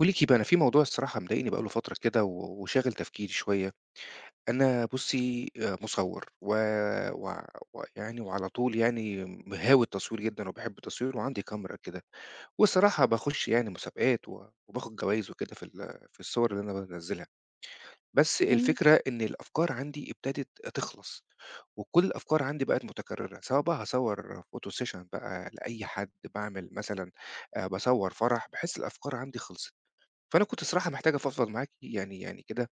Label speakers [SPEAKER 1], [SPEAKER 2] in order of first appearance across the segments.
[SPEAKER 1] باقول لِك إيه بقى، أنا في موضوع الصراحة مضايقني بقى له فترة كده و وشاغل تفكيري شوية. أنا بُصّي، مصوّر و و ويعني وعلى طول يعني هاوي التصوير جدًا وباحب التصوير وعندي كاميرا كده، والصراحة باخُش يعني مسابقات و وباخُد جوايز وكده في الصور اللي أنا بانزّلها. بس
[SPEAKER 2] جميل.
[SPEAKER 1] الفكرة إن الأفكار عندي ابتدت تخلص، وكل الأفكار عندي بقت متكررة، سواء بقى هاصوّر photo session بقى لأي حد، باعمل مثلًا باصوّر فرح، باحس الأفكار عندي خلصت. فأنا كنت الصراحة محتاج أفضفض معاكِ كده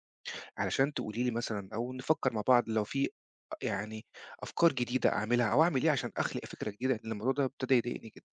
[SPEAKER 1] علشان تقولي لي مثلًا أو نفكّر مع بعض لو في يعني أفكار جديدة أعملها أو أعمل إيه عشان أخلق فكرة جديدة، لإن الموضوع ده ابتدى يضايقني جدًا.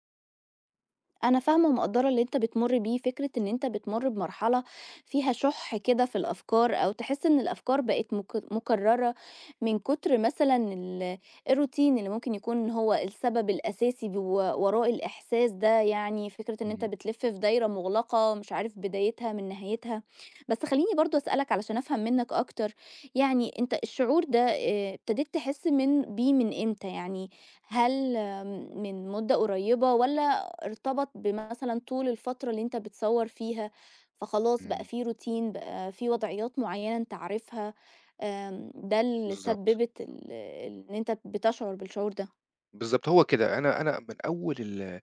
[SPEAKER 2] أنا فاهمة ومقدّرة اللي أنت بتمُر بيه، فكرة إن أنت بتمُر بمرحلة فيها شُح كده في الأفكار أو تحس إن الأفكار بقت مكرّرة من كتر مثلًا الroutine اللي ممكن يكون هو السبب الأساسي وراء الإحساس ده، يعني فكرة إن أنت
[SPEAKER 1] إمم،
[SPEAKER 2] بتلِف في دايرة مُغلقة مش عارف بدايتها من نهايتها. بس خلّيني برضه أسألك علشان أفهم منّك أكتر، يعني أنت الشعور ده ابتديت تحس بيه من إمتى؟ يعني هل من مُدّة قريّبة والّا ارتبط بمثلا طول الفترة اللي أنت بتصور فيها، فخلاص بقى
[SPEAKER 1] إمم.
[SPEAKER 2] في روتين، بقى في وضعيات معينة أنت عارفها، ده اللي
[SPEAKER 1] بالضبط،
[SPEAKER 2] سببت إن أنت بتشعر بالشعور ده،
[SPEAKER 1] بالضبط هو كده. أنا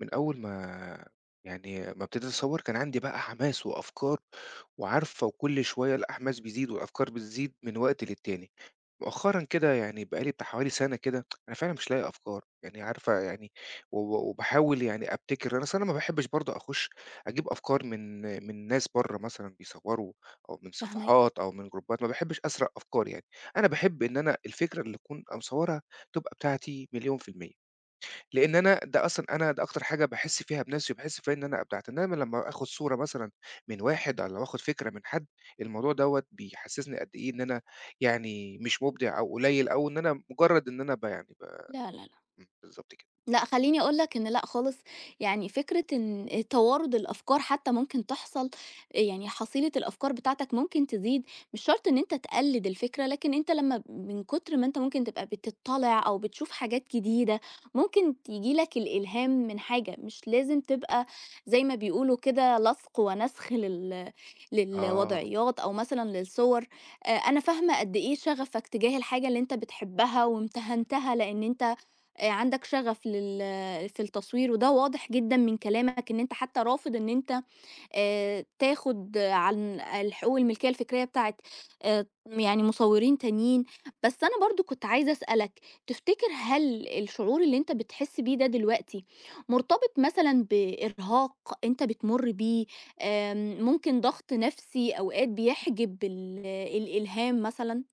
[SPEAKER 1] من أول ما ابتديت أصوّر كان عندي بقى حماس وأفكار وعارفة وكل شوية الأحماس بيزيد والأفكار بتزيد من وقت للتاني. مؤخرًا كده يعني بقى لي بتاع حوالي سَنة كده أنا فعلًا مش لاقي أفكار، يعني عارفة يعني و و وباحاول يعني أبتكر أنا أصل أنا ما باحبش برضه أخُش أجيب أفكار من ناس برّه مثلًا بيصوّروا أو من
[SPEAKER 2] فاهماك.
[SPEAKER 1] صفحات أو من جروبات، ما باحبش أسرق أفكار يعني. أنا باحب إن أنا الفكرة اللي أكون مصوّرها تبقى بتاعتي مليون في المِيّة. لإن أنا ده أصلًا أنا ده أكتر حاجة باحس فيها بنَفْسي وباحس فيها إن أنا أبدعت، إنّما لمّا آخُد صورة مثلًا من واحد أو آخُد فكرة من حد، الموضوع دوّة بيحسّسني قد إيه إن أنا يعني مش مُبدع أو قليّل أو إن أنا مجرّد إن أنا ب يعني ب
[SPEAKER 2] لا، لا، لأ.
[SPEAKER 1] إمم، بالضبط كده.
[SPEAKER 2] لأ، خلّيني أقول لك إن لأ خالص، يعني فكرة إن توارد الأفكار حتى ممكن تحصل، يعني حصيلة الأفكار بتاعتك ممكن تزيد، مش شرط إن أنت تقلِّد الفكرة، لكن أنت لمّا من كتر ما أنت ممكن تبقى بتطّلع أو بتشوف حاجات جديدة، ممكن تيجي لك الإلهام من حاجة، مش لازم تبقى زي ما بيقولوا كده لَصْق ونسخ لل
[SPEAKER 1] آه.
[SPEAKER 2] للوضعيات أو مثلًا للصور. أنا فاهمة قد إيه شغفك تجاه الحاجة اللي أنت بتحبها وامتهنتها لإن أنت عندك شغف في التصوير، وده واضح جدًا من كلامك إن أنت حتى رافض إن أنت تاخد عن الحقوق الملكية الفكرية بتاعة يعني مصورين تانيين، بس أنا برضه كنت عايزة أسألك، تفتكر هل الشعور اللي أنت بتحس بيه ده دلوقتي مرتبط مثلًا بإرهاق أنت بتمُر بيه، ممكن ضغط نفسي أوقات بيحجب الإلهام مثلًا؟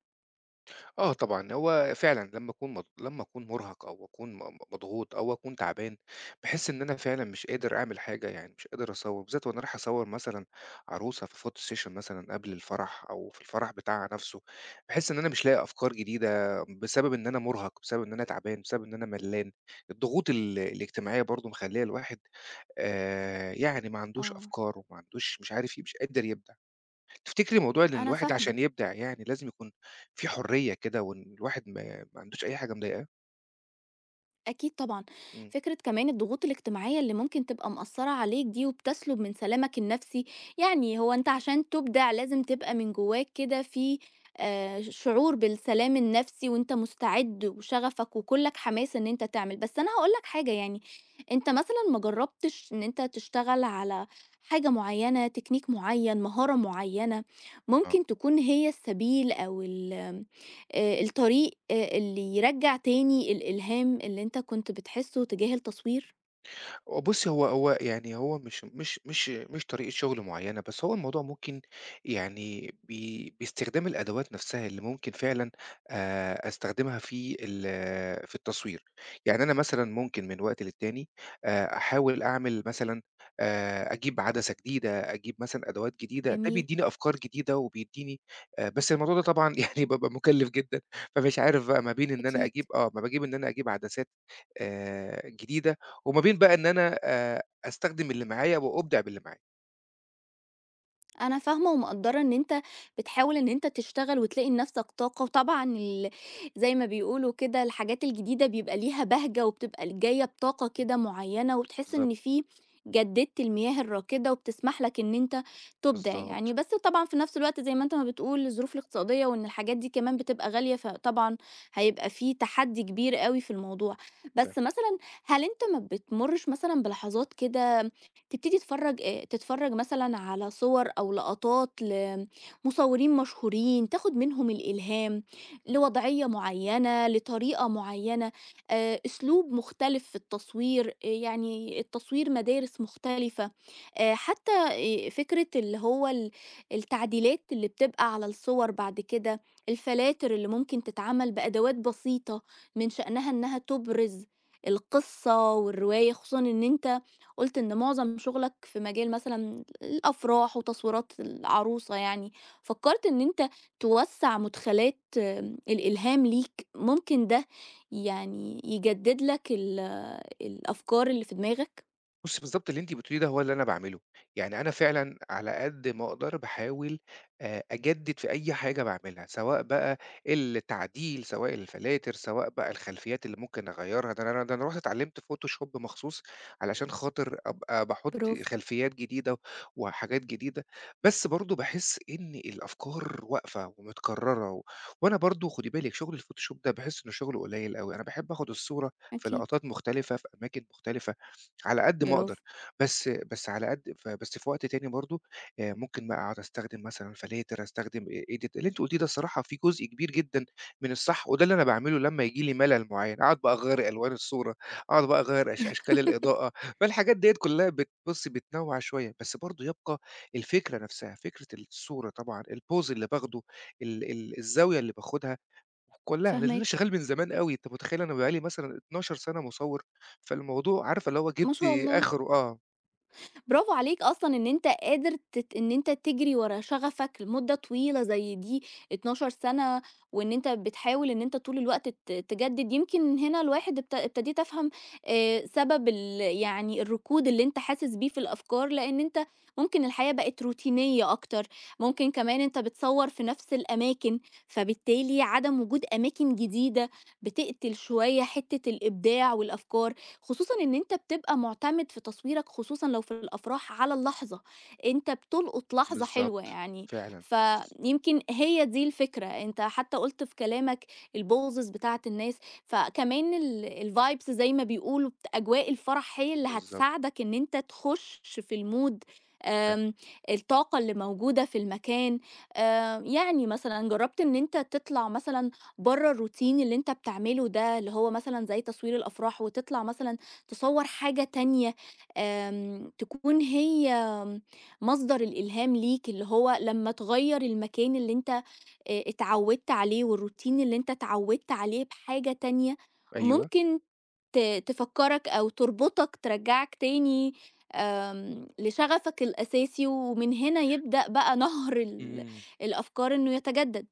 [SPEAKER 1] آه طبعًا، هو فعلًا لمّا أكون مرهق أو أكون م م مضغوط أو أكون تعبان، باحس إن أنا فعلًا مش قادر أعمل حاجة، يعني مش قادر أصوّر، بالذات وأنا رايح أصوّر مثلًا عروسة في photo session مثلًا قبل الفرح أو في الفرح بتاعها نفسه، باحس إن أنا مش لاقي أفكار جديدة بسبب إن أنا مرهق، بسبب إن أنا تعبان، بسبب إن أنا ملّان. الضغوط الاجتماعية برضه مخلّية الواحد يعني ما عندوش
[SPEAKER 2] آه،
[SPEAKER 1] أفكار وما عندوش مش عارف إيه، مش قادر يبدع. تفتكري موضوع إن
[SPEAKER 2] أنا
[SPEAKER 1] الواحد
[SPEAKER 2] فاهمة.
[SPEAKER 1] عشان يبدع يعني لازم يكون في حرية كده وإن الواحد ما عندوش أي حاجة مضايقاه؟
[SPEAKER 2] أكيد طبعًا،
[SPEAKER 1] إمم.
[SPEAKER 2] فكرة كمان الضغوط الاجتماعية اللي ممكن تبقى مأثّرة عليك دي وبتسلُب من سلامك النفسي، يعني هو أنت عشان تُبدع لازم تبقى من جواك كده في شعور بالسلام النفسي وأنت مستعد وشغفك وكُلّك حماس إن أنت تعمل، بس أنا هاقول لك حاجة يعني، أنت مثلًا ما جرّبتش إن أنت تشتغل على حاجة معيّنة، تكنيك معيّن، مهارة معيّنة، ممكن تكون هي السبيل أو ال الطريق اللي يرجّع تاني الإلهام اللي أنت كنت بتحسّه تجاه التصوير؟
[SPEAKER 1] آه، بُصّي، هو مش طريقة شغل معيّنة، بس هو الموضوع ممكن يعني ب باستخدام الأدوات نفسها اللي ممكن فعلًا أستخدمها في التصوير. يعني أنا مثلًا ممكن من وقت للتاني أحاول أعمل مثلًا أجيب عدسة جديدة، أجيب مثلًا أدوات جديدة، ده
[SPEAKER 2] جميل،
[SPEAKER 1] بيدّيني أفكار جديدة وبيدّيني بس الموضوع ده طبعًا يعني بابقى مُكلِّف جدًا، فمش عارف بقى ما بين إن أنا
[SPEAKER 2] أكيد.
[SPEAKER 1] أجيب آه، ما باجيب إن أنا أجيب عدسات جديدة وما بين بقى إن أنا أستخدم اللي معايا وأُبدع باللي معايا.
[SPEAKER 2] أنا فاهمة ومقدّرة إن أنت بتحاول إن أنت تشتغل وتلاقي لنفْسك طاقة، وطبعًا زي ما بيقولوا كده الحاجات الجديدة بيبقى ليها بهجة وبتبقى جاية بطاقة
[SPEAKER 1] إمم.
[SPEAKER 2] كده معيّنة، وبتحس
[SPEAKER 1] بالضبط،
[SPEAKER 2] إن في جددت المياه الراكدة وبتسمح لك إن أنت تُبدع يعني،
[SPEAKER 1] بالضبط.
[SPEAKER 2] بس طبعًا في نفْس الوقت زي ما أنت ما بتقول الظروف الاقتصادية وإن الحاجات دي كمان
[SPEAKER 1] إمم،
[SPEAKER 2] بتبقى غالية، فطبعًا هيبقى في تحدّي كبير أوي في الموضوع.
[SPEAKER 1] فاهم.
[SPEAKER 2] بس مثلًا هل أنت ما بتمُرّش مثلًا بلحظات كده تبتدي تتفرج مثلًا على صور أو لقطات لمصورين مشهورين، تاخد منهم الإلهام لوضعية معيّنة، لطريقة معيّنة، أسلوب مختلف في التصوير، يعني التصوير مدارس مختلفة، حتى فكرة اللي هو التعديلات اللي بتبقى على الصور بعد كده، الفلاتر اللي ممكن تتعمل بأدوات بسيطة من شأنها إنها تبرز القصة والرواية، خصوصًا إن أنت قُلت إن معظم شغلك في مجال مثلًا الأفراح وتصويرات العروسة يعني، فكّرت إن أنت توسّع مدخلات الإلهام ليك، ممكن ده يعني يجدد لك الأفكار اللي في دماغك؟
[SPEAKER 1] بُصّي، بالضبط اللي أنتِ بتقوليه ده هو اللي أنا باعمله، يعني أنا فعلًا على قد ما أقدر باحاول أجدد في أي حاجة باعملها، سواء بقى التعديل، سواء الفلاتر، سواء بقى الخلفيات اللي ممكن أغيّرها، ده أنا رُحت اتعلمت Photoshop مخصوص علشان خاطر أبقى باحط
[SPEAKER 2] برافو،
[SPEAKER 1] خلفيات جديدة وحاجات جديدة، بس برضه باحس إن الأفكار واقفة ومتكررة و وأنا برضه خدي بالِك شغل الPhotoshop ده باحس إنه شغله قليل أوي، أنا باحب آخد الصورة في
[SPEAKER 2] أكيد.
[SPEAKER 1] لقطات مختلفة، في أماكن مختلفة، على قد ما أقدر،
[SPEAKER 2] برافو،
[SPEAKER 1] بس بس على قد ف بس في وقت تاني برضه ممكن بقى أقعد أستخدم مثلًا فلاتر، أستخدم edit اللي أنتِ قُلتيه ده الصراحة فيه جزء كبير جدًا من الصح، وده اللي أنا باعمله لمّا ييجي لي ملل معيّن، أقعد بقى أغيّر ألوان الصورة، أقعد بقى أغيّر أشكال الإضاءة، فالحاجات ديّة كلّها بتبُصّي بتنوّع شوية، بس برضه يبقى الفكرة نفسها، فكرة الصورة طبعًا، الpose اللي باخده، ال ال الزاوية اللي باخدها، كلّها، لأن أنا
[SPEAKER 2] فاهماك،
[SPEAKER 1] شغال من زمان أوي، أنت متخيّل أنا بقى لي مثلًا 12 سَنة مصوّر، فالموضوع عارفة اللي هو
[SPEAKER 2] ما
[SPEAKER 1] جِبت
[SPEAKER 2] شاء الله.
[SPEAKER 1] آخره آه،
[SPEAKER 2] برافو عليك أصلًا إن أنت قادر إن أنت تجري ورا شغفك لمدة طويلة زي دي، 12 سنة، وإن أنت بتحاول إن أنت طول الوقت تجدد. يمكن هنا الواحد ابتديت أفهم سبب يعني الركود اللي أنت حاسس بيه في الأفكار، لإن أنت ممكن الحياة بقت روتينية أكتر، ممكن كمان أنت بتصوّر في نفس الأماكن، فبالتالي عدم وجود أماكن جديدة بتقتل شوية حتة الإبداع والأفكار. خصوصًا إن أنت بتبقى معتمد في تصويرك خصوصًا لو في الأفراح على اللحظة، أنت بتلقط لحظة حلوة
[SPEAKER 1] بالضبط،
[SPEAKER 2] يعني،
[SPEAKER 1] فعلًا،
[SPEAKER 2] فيمكن هي دي الفكرة، أنت حتى قُلت في كلامك البوزز بتاعة الناس، فكمان الvibes زي ما بيقولوا أجواء الفرح هي اللي
[SPEAKER 1] بالضبط،
[SPEAKER 2] هتساعدك إن أنت تخُش في الmood.
[SPEAKER 1] ف
[SPEAKER 2] آمم، الطاقة اللي موجودة في المكان، يعني مثلًا جرّبت إن أنت تطلع مثلًا بره الروتين اللي انت بتعمله ده اللي هو مثلا زي تصوير الافراح وتطلع مثلا تصور حاجة تانية تكون هي مصدر الالهام ليك اللي هو لما تغير المكان اللي انت اتعودت عليه والروتين اللي انت اتعودت عليه بحاجة تانية
[SPEAKER 1] أيوه،
[SPEAKER 2] ممكن تفكرك او تربطك ترجعك تاني لشغفك الاساسي ومن هنا يبدأ بقى نهر ال-
[SPEAKER 1] إمم.
[SPEAKER 2] الافكار انه يتجدد.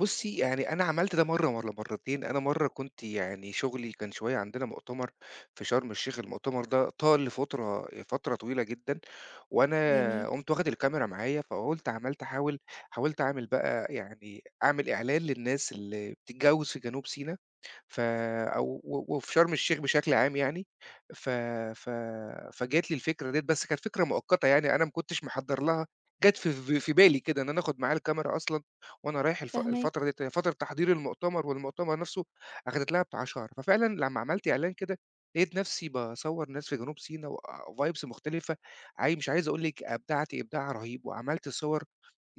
[SPEAKER 1] بُصّي، يعني أنا عملت ده مرّة والّا مرّتين، أنا مرّة كنت يعني شغلي كان شوية عندنا مؤتمر في شرم الشيخ، المؤتمر ده طال لفترة طويلة جدًا،
[SPEAKER 2] جميل.
[SPEAKER 1] وأنا قُمت واخد الكاميرا معايا، فقُلت عملت أحاول حاولت أعمل بقى يعني أعمل إعلان للناس اللي بتتجوّز في جنوب سينا. ف أو و وفي شرم الشيخ بشكل عام يعني، ف ف فجات لي الفكرة ديّة، بس كانت فكرة مؤقتة يعني، أنا ما كنتش محضّر لها، جات في بالي كده إن أنا آخُد معايا الكاميرا أصلًا وأنا رايح الفترة
[SPEAKER 2] فهمك.
[SPEAKER 1] ديّة، هي فترة تحضير المؤتمر والمؤتمر نَفْسه أخدت لها بتاع شهر، ففعلًا لمّا عملت إعلان كده، لقيت نَفْسي باصوّر ناس في جنوب سينا وvibes مختلفة، مش عايز أقول لِك أبدعت إبداع رهيب وعملت صور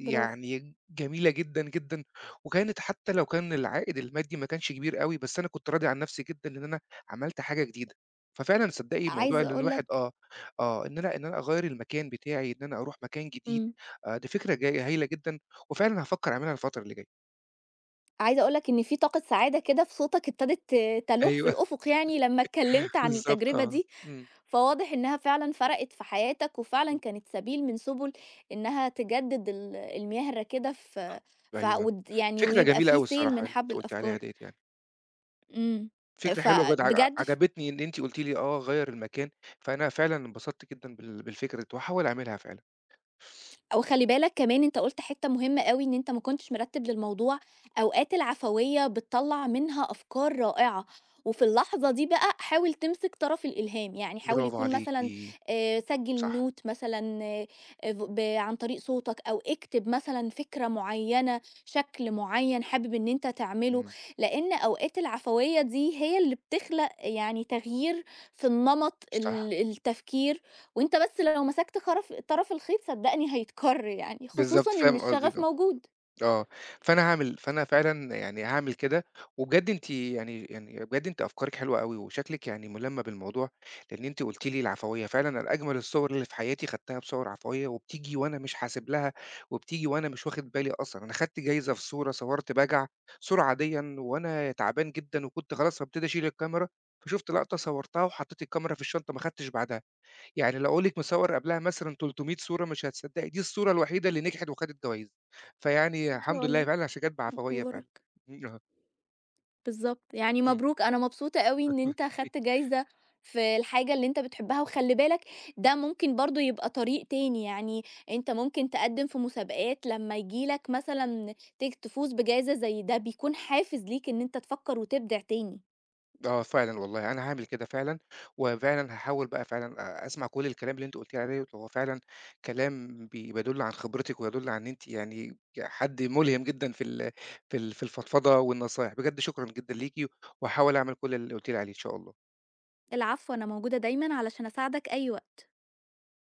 [SPEAKER 2] برافو.
[SPEAKER 1] جميلة جدًا، جدًا، وكانت حتى لو كان العائد المادي ما كانش كبير أوي، بس أنا كنت راضي عن نفسي جدًا لإن أنا عملت حاجة جديدة. ففعلًا صدّقي موضوع
[SPEAKER 2] عايزة
[SPEAKER 1] إن
[SPEAKER 2] أقول
[SPEAKER 1] الواحد
[SPEAKER 2] لك
[SPEAKER 1] آه، آه، إن أنا أغيّر المكان بتاعي، إن أنا أروح مكان جديد،
[SPEAKER 2] إمم.
[SPEAKER 1] دي فكرة جاي هايلة جدًا، وفعلًا هافكّر أعملها الفترة اللي جاية.
[SPEAKER 2] عايزة أقول لك إن في طاقة سعادة كده في صوتك ابتدت تلوح في
[SPEAKER 1] أيوه
[SPEAKER 2] الأفق يعني لمّا اتكلمت عن
[SPEAKER 1] بالضبط
[SPEAKER 2] التجربة
[SPEAKER 1] آه.
[SPEAKER 2] دي،
[SPEAKER 1] إمم،
[SPEAKER 2] فواضح إنها فعلًا فرقت في حياتك، وفعلًا
[SPEAKER 1] إمم.
[SPEAKER 2] كانت سبيل من سبل إنها تجدد المهرة كده في ف
[SPEAKER 1] أيوه.
[SPEAKER 2] ود يعني
[SPEAKER 1] فكرة
[SPEAKER 2] ويبقى
[SPEAKER 1] جميلة
[SPEAKER 2] في
[SPEAKER 1] أوي
[SPEAKER 2] سيل
[SPEAKER 1] الصراحة
[SPEAKER 2] من
[SPEAKER 1] اللي أنتِ
[SPEAKER 2] حبل
[SPEAKER 1] قُلتِ عليها
[SPEAKER 2] الأفكار.
[SPEAKER 1] ديّة يعني.
[SPEAKER 2] إمم.
[SPEAKER 1] فكرة حلوة جد ع
[SPEAKER 2] فبجد
[SPEAKER 1] عجبتني إن أنتِ قُلتِ لي آه غيّر المكان، فأنا فعلًا انبسطت جدًا بالفكرة ديّة وهاحاول أعملها فعلًا.
[SPEAKER 2] وخلّي بالك كمان أنت قُلت حتّة مهمة أوي إن أنت ما كنتش مرتّب للموضوع، أوقات العفوية بتطلّع منها أفكار رائعة، وفي اللحظة دي بقى حاول تمسك طرف الإلهام، يعني حاول
[SPEAKER 1] برافو
[SPEAKER 2] يكون
[SPEAKER 1] عليكِ.
[SPEAKER 2] مثلًا سجّل
[SPEAKER 1] صح.
[SPEAKER 2] note مثلًا ف ب عن طريق صوتك أو اكتب مثلًا فكرة معيّنة، شكل معيّن حابب إن أنت تعمله،
[SPEAKER 1] إمم.
[SPEAKER 2] لإن أوقات العفوية دي هي اللي بتخلق يعني تغيير في النمط
[SPEAKER 1] صح،
[SPEAKER 2] التفكير وأنت بس لو مسكت طرف الخيط صدّقني هيتكَر يعني، خصوصًا
[SPEAKER 1] بالضبط،
[SPEAKER 2] إن
[SPEAKER 1] فاهم قصدِك
[SPEAKER 2] الشغف
[SPEAKER 1] آه،
[SPEAKER 2] موجود.
[SPEAKER 1] آه، فأنا فعلًا يعني هاعمل كده، وبجد أنتِ يعني يعني بجد أنتِ أفكارِك حلوة أوي، وشكلِك يعني ملمة بالموضوع، لأن أنتِ قلتِ لي العفوية، فعلًا أنا أجمل الصور اللي في حياتي خدتها بصور عفوية، وبتيجي وأنا مش حاسب لها، وبتيجي وأنا مش واخد بالي أصلًا، أنا خدت جايزة في صورة صورت بجعة، صورة عاديًا وأنا تعبان جدًا، وكنت خلاص هابتدي أشيل الكاميرا، فشُفت لقطة صورتها وحطيت الكاميرا في الشنطة ما خدتش بعدها. يعني لو أقول لِك مصوّر قبلها مثلًا 300 صورة مش هتصدّقي، دي الصورة الوحيدة اللي نجحت وخدت جوايز، فيعني
[SPEAKER 2] ما
[SPEAKER 1] الحمد
[SPEAKER 2] شاء
[SPEAKER 1] لله
[SPEAKER 2] الله،
[SPEAKER 1] فعلًا عشان جات
[SPEAKER 2] م
[SPEAKER 1] بعفوية فعلًا.
[SPEAKER 2] مبارك.
[SPEAKER 1] إمم، آه،
[SPEAKER 2] بالضبط، يعني مبروك أنا مبسوطة أوي إن أنت
[SPEAKER 1] إمم،
[SPEAKER 2] خدت جايزة في الحاجة اللي أنت بتحبها، وخلّي بالك ده ممكن برضه يبقى طريق تاني، يعني أنت ممكن تقدّم في مسابقات لمّا ييجي لك مثلًا تفوز بجايزة زي ده بيكون حافز ليك إن أنت تفكّر وتبدع تاني.
[SPEAKER 1] آه فعلًا والله أنا هاعمل كده فعلًا، وفعلًا هاحاول بقى فعلًا أسمع كل الكلام اللي أنتِ قُلتيه عليه دوّة، هو فعلًا كلام بيدُل عن خبرتِك ويدُل عن إن أنتِ يعني حد ملهم جدًا في الفضفضة والنصايح، بجد شكرًا جدًا ليكِ، وهاحاول أعمل كل اللي قُلتِ لي عليه إن شاء الله.
[SPEAKER 2] العفو، أنا موجودة دايمًا علشان أساعدك أي وقت.